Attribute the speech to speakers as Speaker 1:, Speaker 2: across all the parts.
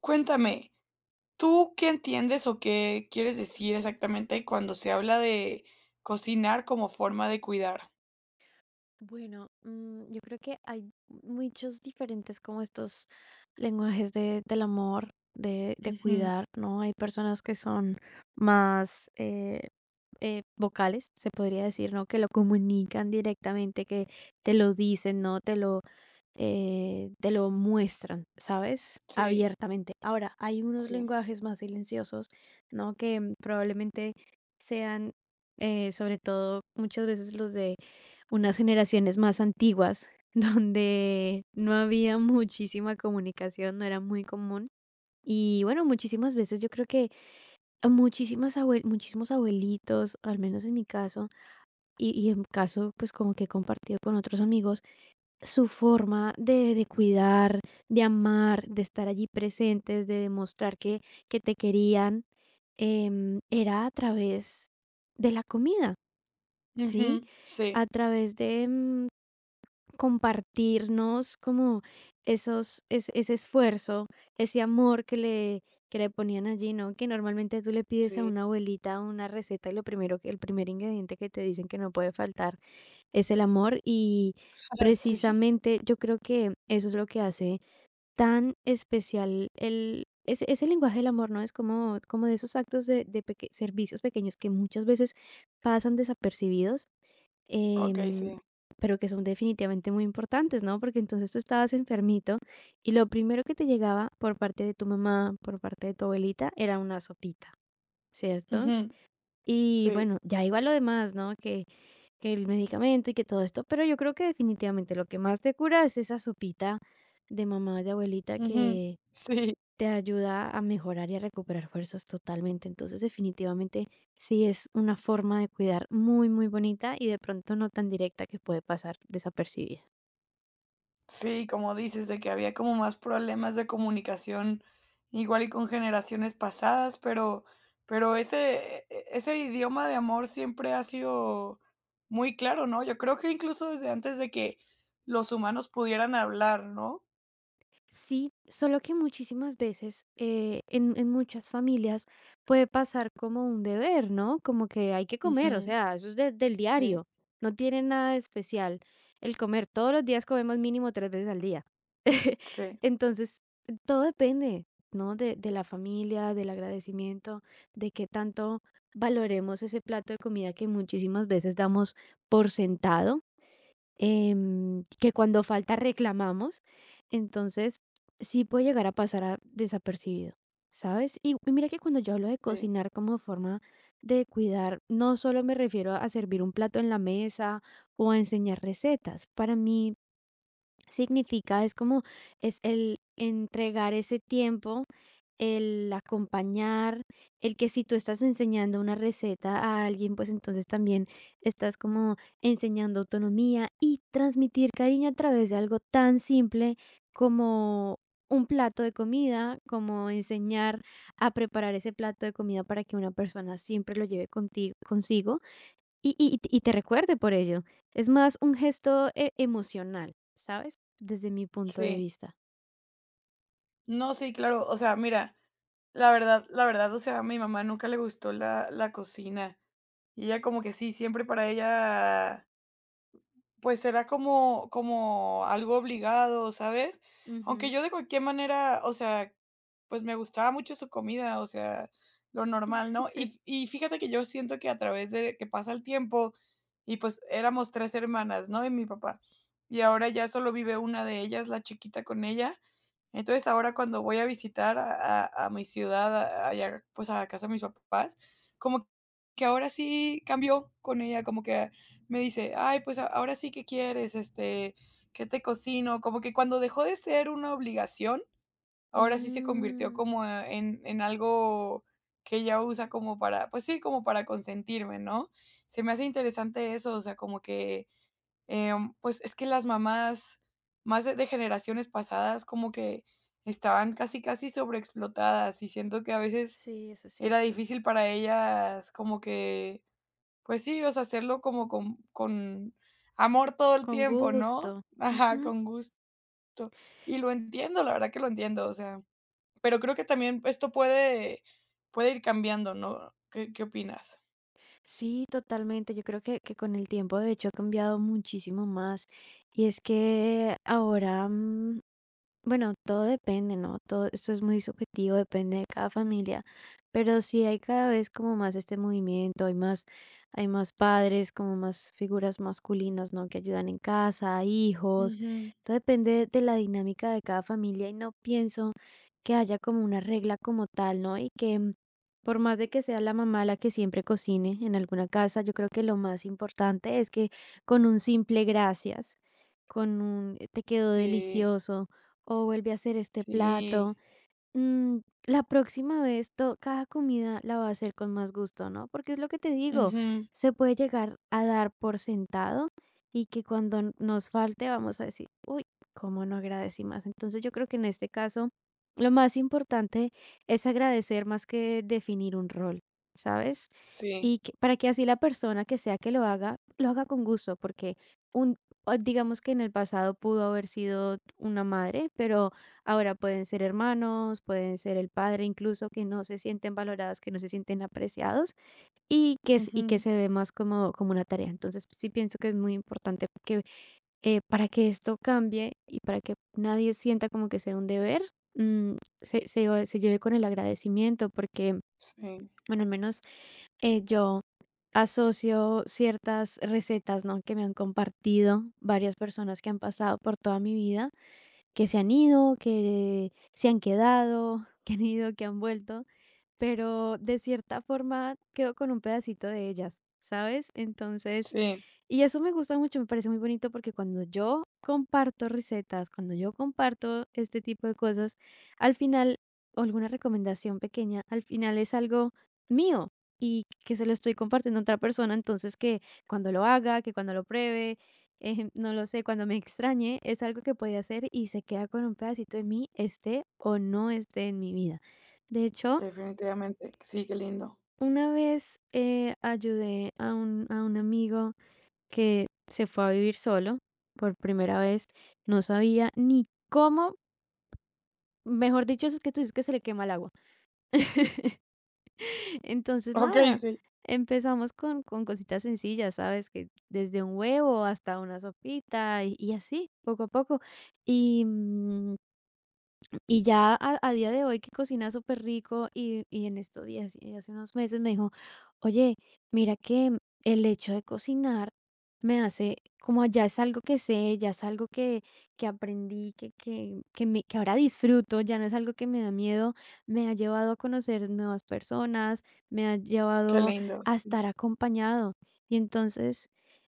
Speaker 1: Cuéntame, ¿tú qué entiendes o qué quieres decir exactamente cuando se habla de cocinar como forma de cuidar?
Speaker 2: Bueno, yo creo que hay muchos diferentes como estos lenguajes del amor, de
Speaker 1: Ujú,
Speaker 2: cuidar, ¿no? Hay personas que son más vocales, se podría decir, ¿no? Que lo comunican directamente, que te lo dicen, ¿no? Te lo muestran, ¿sabes?
Speaker 1: sí,
Speaker 2: Abiertamente. Ahora, hay unos
Speaker 1: sí.
Speaker 2: lenguajes más silenciosos, ¿no? Que probablemente sean sobre todo, muchas veces los de unas generaciones más antiguas, donde no había muchísima comunicación, no era muy común. Y bueno, muchísimas veces yo creo que a muchísimos abuelitos, al menos en mi caso, y en caso pues como que he compartido con otros amigos, su forma de cuidar, de amar, de estar allí presentes, que te querían, era a través de la comida,
Speaker 1: Ujú,
Speaker 2: ¿sí?
Speaker 1: sí,
Speaker 2: A través de, compartirnos como ese esfuerzo, ese amor que le ponían allí, ¿no? Que normalmente tú le pides a
Speaker 1: sí.
Speaker 2: una abuelita una receta y lo primero el primer ingrediente que te dicen que no puede faltar es el amor y
Speaker 1: Sí.
Speaker 2: precisamente yo creo que eso es lo que hace tan especial ese lenguaje del amor, ¿no? Es como, como de esos actos de servicios pequeños que muchas veces pasan desapercibidos,
Speaker 1: Okey,
Speaker 2: em,
Speaker 1: sí.
Speaker 2: pero que son definitivamente muy importantes, ¿no? Porque entonces tú estabas enfermito y lo primero que te llegaba por parte de tu mamá, por parte de tu abuelita, era una sopita, ¿cierto?
Speaker 1: Ujú,
Speaker 2: Y
Speaker 1: sí.
Speaker 2: bueno, ya iba lo demás, ¿no? Que el medicamento y que todo esto, pero yo creo que definitivamente lo que más te cura es esa sopita de mamá, de abuelita
Speaker 1: Ujú,
Speaker 2: que
Speaker 1: sí.
Speaker 2: te ayuda a mejorar y a recuperar fuerzas totalmente. Entonces, definitivamente, sí es una forma de cuidar muy, muy bonita y de pronto no tan directa que puede pasar desapercibida.
Speaker 1: Sí, como dices, de que había como más problemas de comunicación, igual y con generaciones pasadas, pero, pero ese idioma de amor siempre ha sido muy claro, ¿no? Yo creo que incluso desde antes de que los humanos pudieran hablar, ¿no?
Speaker 2: Sí, solo que muchísimas veces en muchas familias puede pasar como un deber, ¿no? Como que hay que comer, o
Speaker 1: Ujú,
Speaker 2: sea, del
Speaker 1: sí,
Speaker 2: diario, no tiene nada de especial el comer, todos los días comemos mínimo 3 veces al día.
Speaker 1: sí,
Speaker 2: Entonces, todo depende, ¿no? De la familia, del agradecimiento, de qué tanto valoremos ese plato de comida que muchísimas veces damos por sentado, que cuando falta reclamamos. Entonces, sí puede llegar a pasar a- desapercibido, ¿sabes? Y mira que cuando yo hablo de
Speaker 1: sí,
Speaker 2: cocinar como forma de cuidar, no solo me refiero a servir un plato en la mesa o a enseñar recetas. Para mí significa, es el entregar ese tiempo, el acompañar, el que si tú estás enseñando una receta a alguien, pues entonces también estás como enseñando autonomía y transmitir cariño a través de algo tan simple como un plato de comida, como enseñar a preparar ese plato de comida para que una persona siempre lo lleve contigo, consigo y te recuerde por ello. Es más un gesto emocional, ¿sabes? Desde mi punto de
Speaker 1: sí.
Speaker 2: vista.
Speaker 1: No, sí, claro. O sea, mira, la verdad, o sea, a mi mamá nunca le gustó la cocina. Y ella como que sí, siempre para ella pues será como como algo obligado, ¿sabes? Aunque
Speaker 2: Ujú.
Speaker 1: yo de cualquier manera, o sea, pues me gustaba mucho su comida, o sea, lo normal, ¿no? Y fíjate que yo siento que a través de que pasa el tiempo y, pues, éramos 3 hermanas, ¿no? Y mi papá. Y ahora ya solo vive una de ellas, la chiquita, con ella. Entonces, ahora cuando voy a visitar a a mi ciudad, a allá, pues, a casa de mis papás, como que ahora sí cambió con ella, como que me dice: "Ay, pues a ahora sí, ¿qué quieres? Este, ¿qué te cocino?". Como que cuando dejó de ser una obligación, ahora sí se convirtió
Speaker 2: Mm.
Speaker 1: como en algo que ella usa como para, pues sí, como para consentirme, ¿no? Se me hace interesante eso, o sea, como que, pues es que las mamás más de generaciones pasadas como que estaban casi, casi sobreexplotadas, y siento que a veces
Speaker 2: Sí, eso es
Speaker 1: era
Speaker 2: cierto.
Speaker 1: difícil para ellas como que pues sí, o sea, hacerlo como con amor todo el
Speaker 2: Con
Speaker 1: tiempo, ¿no?
Speaker 2: gusto.
Speaker 1: Ajá,
Speaker 2: Ujú.
Speaker 1: con gusto. Y lo entiendo, la verdad que lo entiendo, o sea, pero creo que también esto puede ir cambiando, ¿no? ¿Qué opinas?
Speaker 2: Sí, totalmente. Yo creo que con el tiempo, de hecho, ha cambiado muchísimo más. Y es que ahora... Bueno, todo depende, ¿no? Todo esto es muy subjetivo, depende de cada familia, pero sí hay cada vez como más este movimiento, hay más padres, como más figuras masculinas, ¿no? Que ayudan en casa, hijos.
Speaker 1: Ujú.
Speaker 2: Todo depende de la dinámica de cada familia y no pienso que haya como una regla como tal, ¿no? Y que por más de que sea la mamá la que siempre cocine en alguna casa, yo creo que lo más importante es que con un simple gracias, con un te quedó
Speaker 1: Sí,
Speaker 2: delicioso o vuelve a hacer este plato.
Speaker 1: sí.
Speaker 2: Mm, la próxima vez cada comida la va a hacer con más gusto, ¿no? Porque es lo que te digo,
Speaker 1: Ujú.
Speaker 2: se puede llegar a dar por sentado y que cuando nos falte vamos a decir, uy, ¿cómo no agradecí más? Entonces yo creo que en este caso lo más importante es agradecer más que definir un rol, ¿sabes?
Speaker 1: Sí.
Speaker 2: Para que así la persona que sea que lo haga con gusto, porque un, o digamos que en el pasado pudo haber sido una madre, pero ahora pueden ser hermanos, pueden ser el padre incluso, que no se sienten valoradas, que no se sienten apreciados y que
Speaker 1: Ujú.
Speaker 2: se ve más como, como una tarea. Entonces sí pienso que es muy importante que para que esto cambie y para que nadie sienta como que sea un deber, mm, se lleve con el agradecimiento porque,
Speaker 1: Sí,
Speaker 2: bueno, al menos yo asocio ciertas recetas, ¿no? Que me han compartido varias personas que han pasado por toda mi vida, que se han ido, que se han quedado, que han ido, que han vuelto, pero de cierta forma quedo con un pedacito de ellas, ¿sabes? Entonces,
Speaker 1: sí,
Speaker 2: y eso me gusta mucho, me parece muy bonito porque cuando yo comparto recetas, cuando yo comparto este tipo de cosas, al final, o alguna recomendación pequeña, al final es algo mío y que se lo estoy compartiendo a otra persona, entonces que cuando lo haga, que cuando lo pruebe, no lo sé, cuando me extrañe, es algo que puede hacer y se queda con un pedacito de mí, esté o no esté en mi vida. De hecho,
Speaker 1: definitivamente. Sí, qué lindo.
Speaker 2: una vez ayudé a un amigo que se fue a vivir solo por primera vez, no sabía ni cómo, mejor dicho, eso es que tú dices que se le quema el agua. Entonces,
Speaker 1: Okey,
Speaker 2: nada,
Speaker 1: sí,
Speaker 2: empezamos con cositas sencillas, ¿sabes? Que desde un huevo hasta una sopita y así, poco a poco. Y ya a día de hoy que cocina súper rico y en estos días, y hace unos meses me dijo, oye, mira que el hecho de cocinar me hace como ya es algo que sé, ya es algo que aprendí, que, me, que ahora disfruto, ya no es algo que me da miedo, me ha llevado a conocer nuevas personas, me ha
Speaker 1: qué
Speaker 2: llevado
Speaker 1: lindo,
Speaker 2: a
Speaker 1: sí.
Speaker 2: estar acompañado. Y entonces,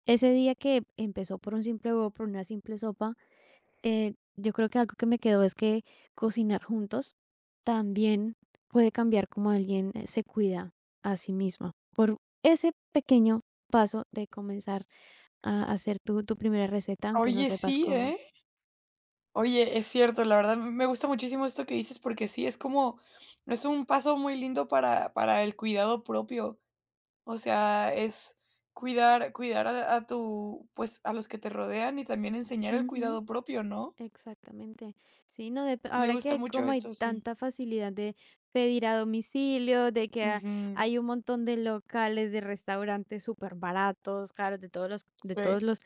Speaker 2: ese día que empezó por un simple huevo, por una simple sopa, yo creo que algo que me quedó es que cocinar juntos también puede cambiar como alguien se cuida a sí misma. Por ese pequeño paso de comenzar a hacer tu primera receta, aunque no
Speaker 1: Oye,
Speaker 2: sepas
Speaker 1: sí,
Speaker 2: cómo.
Speaker 1: ¿eh? Oye, es cierto, la verdad me gusta muchísimo esto que dices porque sí, es como, es un paso muy lindo para el cuidado propio. O sea, es cuidar, cuidar a tu, pues a los que te rodean y también enseñar el
Speaker 2: Ujú,
Speaker 1: cuidado propio, ¿no?
Speaker 2: exactamente. Sí, no, dep-
Speaker 1: Me
Speaker 2: ahora que
Speaker 1: gusta
Speaker 2: hay
Speaker 1: mucho
Speaker 2: como hay
Speaker 1: esto, sí.
Speaker 2: tanta facilidad de pedir a domicilio, de que
Speaker 1: Ujú,
Speaker 2: hay un montón de locales, de restaurantes súper baratos, caros, de de
Speaker 1: sí,
Speaker 2: todos los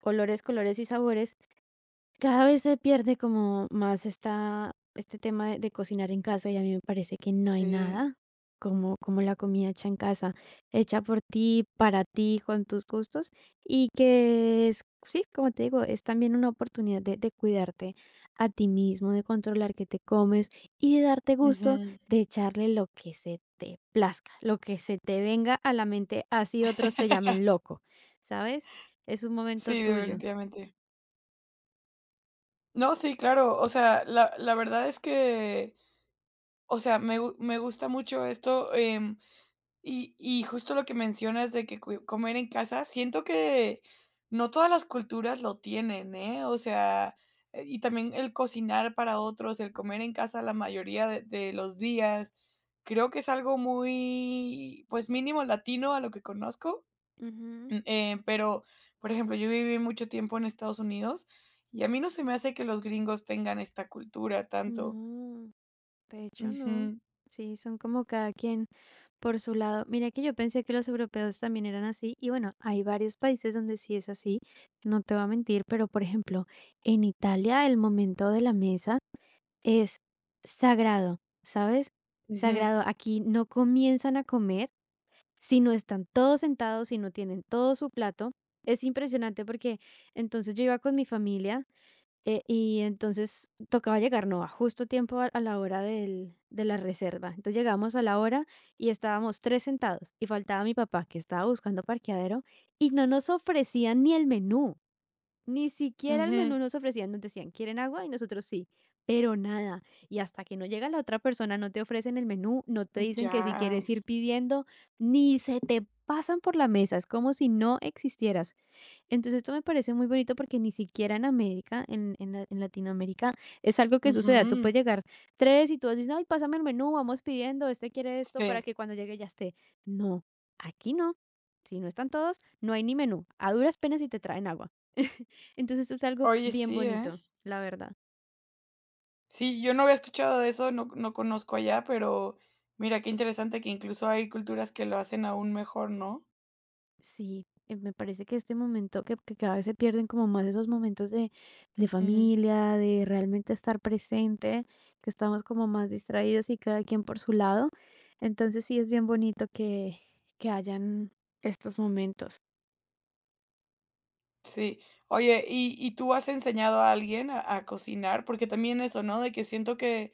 Speaker 2: colores, colores y sabores. Cada vez se pierde como más esta este tema de cocinar en casa, y a mí me parece que no hay
Speaker 1: sí.
Speaker 2: nada como como la comida hecha en casa, hecha por ti, para ti, con tus gustos, y que es sí, como te digo, es también una oportunidad de cuidarte a ti mismo, de controlar qué te comes y de darte gusto
Speaker 1: Ujú.
Speaker 2: de echarle lo que se te plazca, lo que se te venga a la mente, así otros te llamen loco, ¿sabes? Es un momento
Speaker 1: Sí,
Speaker 2: tuyo.
Speaker 1: definitivamente. No, sí, claro. O sea, la verdad es que, o sea, me gusta mucho esto. Y justo lo que mencionas de que cue comer en casa, siento que no todas las culturas lo tienen, ¿eh? O sea, y también el cocinar para otros, el comer en casa la mayoría de los días, creo que es algo muy, pues, mínimo latino a lo que conozco,
Speaker 2: Ujú.
Speaker 1: pero, por ejemplo, yo viví mucho tiempo en Estados Unidos y a mí no se me hace que los gringos tengan esta cultura tanto.
Speaker 2: No, de hecho no.
Speaker 1: Ujú,
Speaker 2: Sí, son como cada quien por su lado. Mira que yo pensé que los europeos también eran así y bueno, hay varios países donde sí es así, no te voy a mentir, pero por ejemplo, en Italia el momento de la mesa es sagrado, ¿sabes?
Speaker 1: ujú,
Speaker 2: Sagrado. Aquí no comienzan a comer si no están todos sentados, si no tienen todo su plato. Es impresionante porque entonces yo iba con mi familia. Y entonces tocaba llegar, no, a justo tiempo a la hora de la reserva. Entonces llegamos a la hora y estábamos tres sentados y faltaba mi papá que estaba buscando parqueadero y no nos ofrecían ni el menú, ni siquiera el
Speaker 1: ujú.
Speaker 2: menú nos ofrecían, nos decían, ¿quieren agua? Y nosotros sí, pero nada. Y hasta que no llega la otra persona, no te ofrecen el menú, no te dicen que si
Speaker 1: Ya.
Speaker 2: quieres ir pidiendo, ni se te pasan por la mesa, es como si no existieras. Entonces, esto me parece muy bonito porque ni siquiera en América, en Latinoamérica, es algo que suceda. Tú
Speaker 1: Ujú.
Speaker 2: puedes llegar tres y tú dices, ay, pásame el menú, vamos pidiendo, este quiere esto para
Speaker 1: Sí.
Speaker 2: que cuando llegue ya esté. No, aquí no. Si no están todos, no hay ni menú. A duras penas y te traen agua. Entonces, esto es algo
Speaker 1: Oye,
Speaker 2: bien
Speaker 1: sí, ¿eh?
Speaker 2: bonito, la verdad.
Speaker 1: Sí, yo no había escuchado de eso, no conozco allá, pero mira, qué interesante que incluso hay culturas que lo hacen aún mejor, ¿no?
Speaker 2: Sí, me parece que este momento, que cada vez se pierden como más esos momentos de
Speaker 1: Ujú,
Speaker 2: familia, de realmente estar presente, que estamos como más distraídos y cada quien por su lado. Entonces sí es bien bonito que hayan estos momentos.
Speaker 1: sí. Oye, ¿y tú has enseñado a alguien a cocinar? Porque también eso, ¿no? De que siento que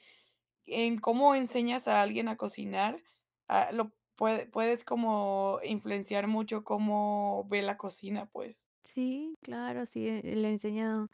Speaker 1: en cómo enseñas a alguien a cocinar, lo puedes como influenciar mucho cómo ve la cocina, pues.
Speaker 2: Sí, claro, sí, le he enseñado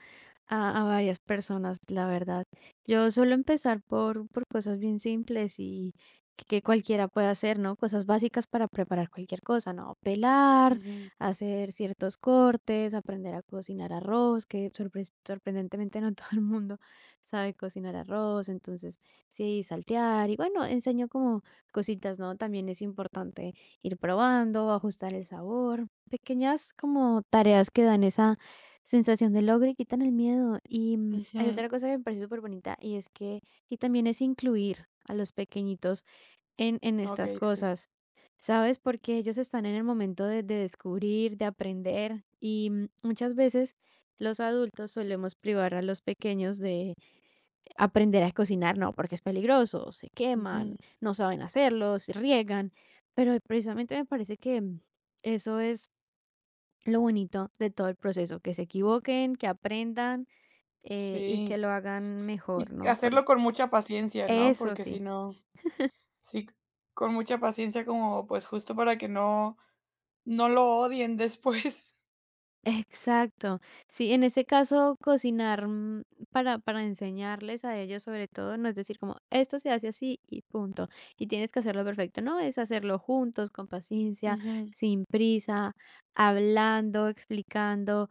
Speaker 2: a a varias personas, la verdad. Yo suelo empezar por cosas bien simples y que cualquiera puede hacer, ¿no? Cosas básicas para preparar cualquier cosa, ¿no? Pelar,
Speaker 1: Ujú,
Speaker 2: hacer ciertos cortes, aprender a cocinar arroz, que sorpres sorprendentemente no todo el mundo sabe cocinar arroz, entonces sí, saltear y bueno, enseño como cositas, ¿no? También es importante ir probando, ajustar el sabor, pequeñas como tareas que dan esa sensación de logro y quitan el miedo. Y, hay
Speaker 1: ujú.
Speaker 2: otra cosa que me parece superbonita, y es que también es incluir a los pequeñitos en estas
Speaker 1: Okey, sí.
Speaker 2: cosas, ¿sabes? Porque ellos están en el momento de descubrir, de aprender, y, muchas veces los adultos solemos privar a los pequeños de aprender a cocinar, no, porque es peligroso, se queman,
Speaker 1: Ujú,
Speaker 2: no saben hacerlo, se riegan, pero precisamente me parece que, eso es lo bonito de todo el proceso, que se equivoquen, que aprendan y que
Speaker 1: sí.
Speaker 2: lo hagan mejor,
Speaker 1: Y
Speaker 2: ¿no? Por-
Speaker 1: hacerlo con mucha paciencia, ¿no?
Speaker 2: eso
Speaker 1: Porque si
Speaker 2: sí,
Speaker 1: no, sí, con mucha paciencia como, pues, justo para que no no lo odien después.
Speaker 2: exacto. Sí, en ese caso, cocinar para enseñarles a ellos sobre todo, no es decir como, esto se hace así y punto, y tienes que hacerlo perfecto, no, es hacerlo juntos, con paciencia,
Speaker 1: Ujú,
Speaker 2: sin prisa, hablando, explicando,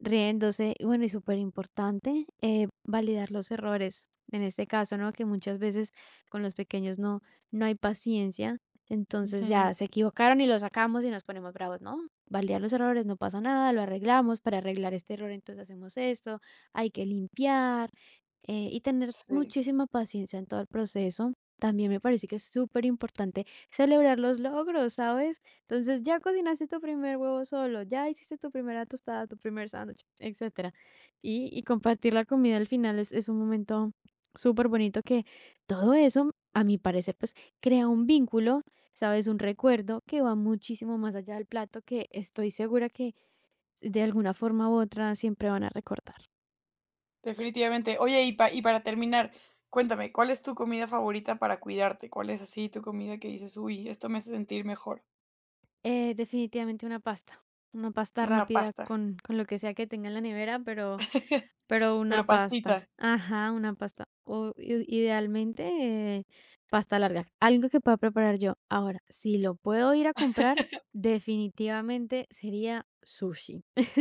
Speaker 2: riéndose. Y bueno, y súper importante validar los errores. En este caso, ¿no? Que muchas veces con los pequeños no, no hay paciencia. Entonces ya
Speaker 1: ujú,
Speaker 2: se equivocaron y lo sacamos y nos ponemos bravos, ¿no? Validar los errores, no pasa nada, lo arreglamos. Para arreglar este error, entonces hacemos esto, hay que limpiar, y tener
Speaker 1: sí,
Speaker 2: muchísima paciencia en todo el proceso. También me parece que es súper importante celebrar los logros, ¿sabes? Entonces, ya cocinaste tu primer huevo solo, ya hiciste tu primera tostada, tu primer sándwich, etcétera. Y compartir la comida al final es un momento súper bonito que todo eso, a mi parecer, pues crea un vínculo, ¿sabes? Un recuerdo que va muchísimo más allá del plato que estoy segura que de alguna forma u otra siempre van a recordar.
Speaker 1: definitivamente. Oye, y para terminar, cuéntame, ¿cuál es tu comida favorita para cuidarte? ¿Cuál es así tu comida que dices: "Uy, esto me hace sentir mejor"?
Speaker 2: Definitivamente una pasta
Speaker 1: Una
Speaker 2: rápida
Speaker 1: pasta,
Speaker 2: con lo que sea que tenga en la nevera, pero Pero una
Speaker 1: pero
Speaker 2: pasta.
Speaker 1: pastita.
Speaker 2: Ajá, una pasta. O i idealmente, pasta larga, algo que pueda preparar yo. Ahora, si lo puedo ir a comprar, definitivamente sería sushi.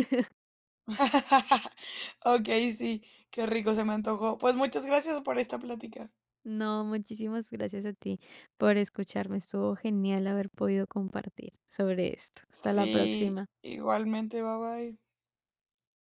Speaker 1: Okey, sí, qué rico, se me antojó. Pues, muchas gracias por esta plática.
Speaker 2: No, muchísimas gracias a ti por escucharme. Estuvo genial haber podido compartir sobre esto. Hasta la
Speaker 1: Sí,
Speaker 2: próxima.
Speaker 1: igualmente, bye bye.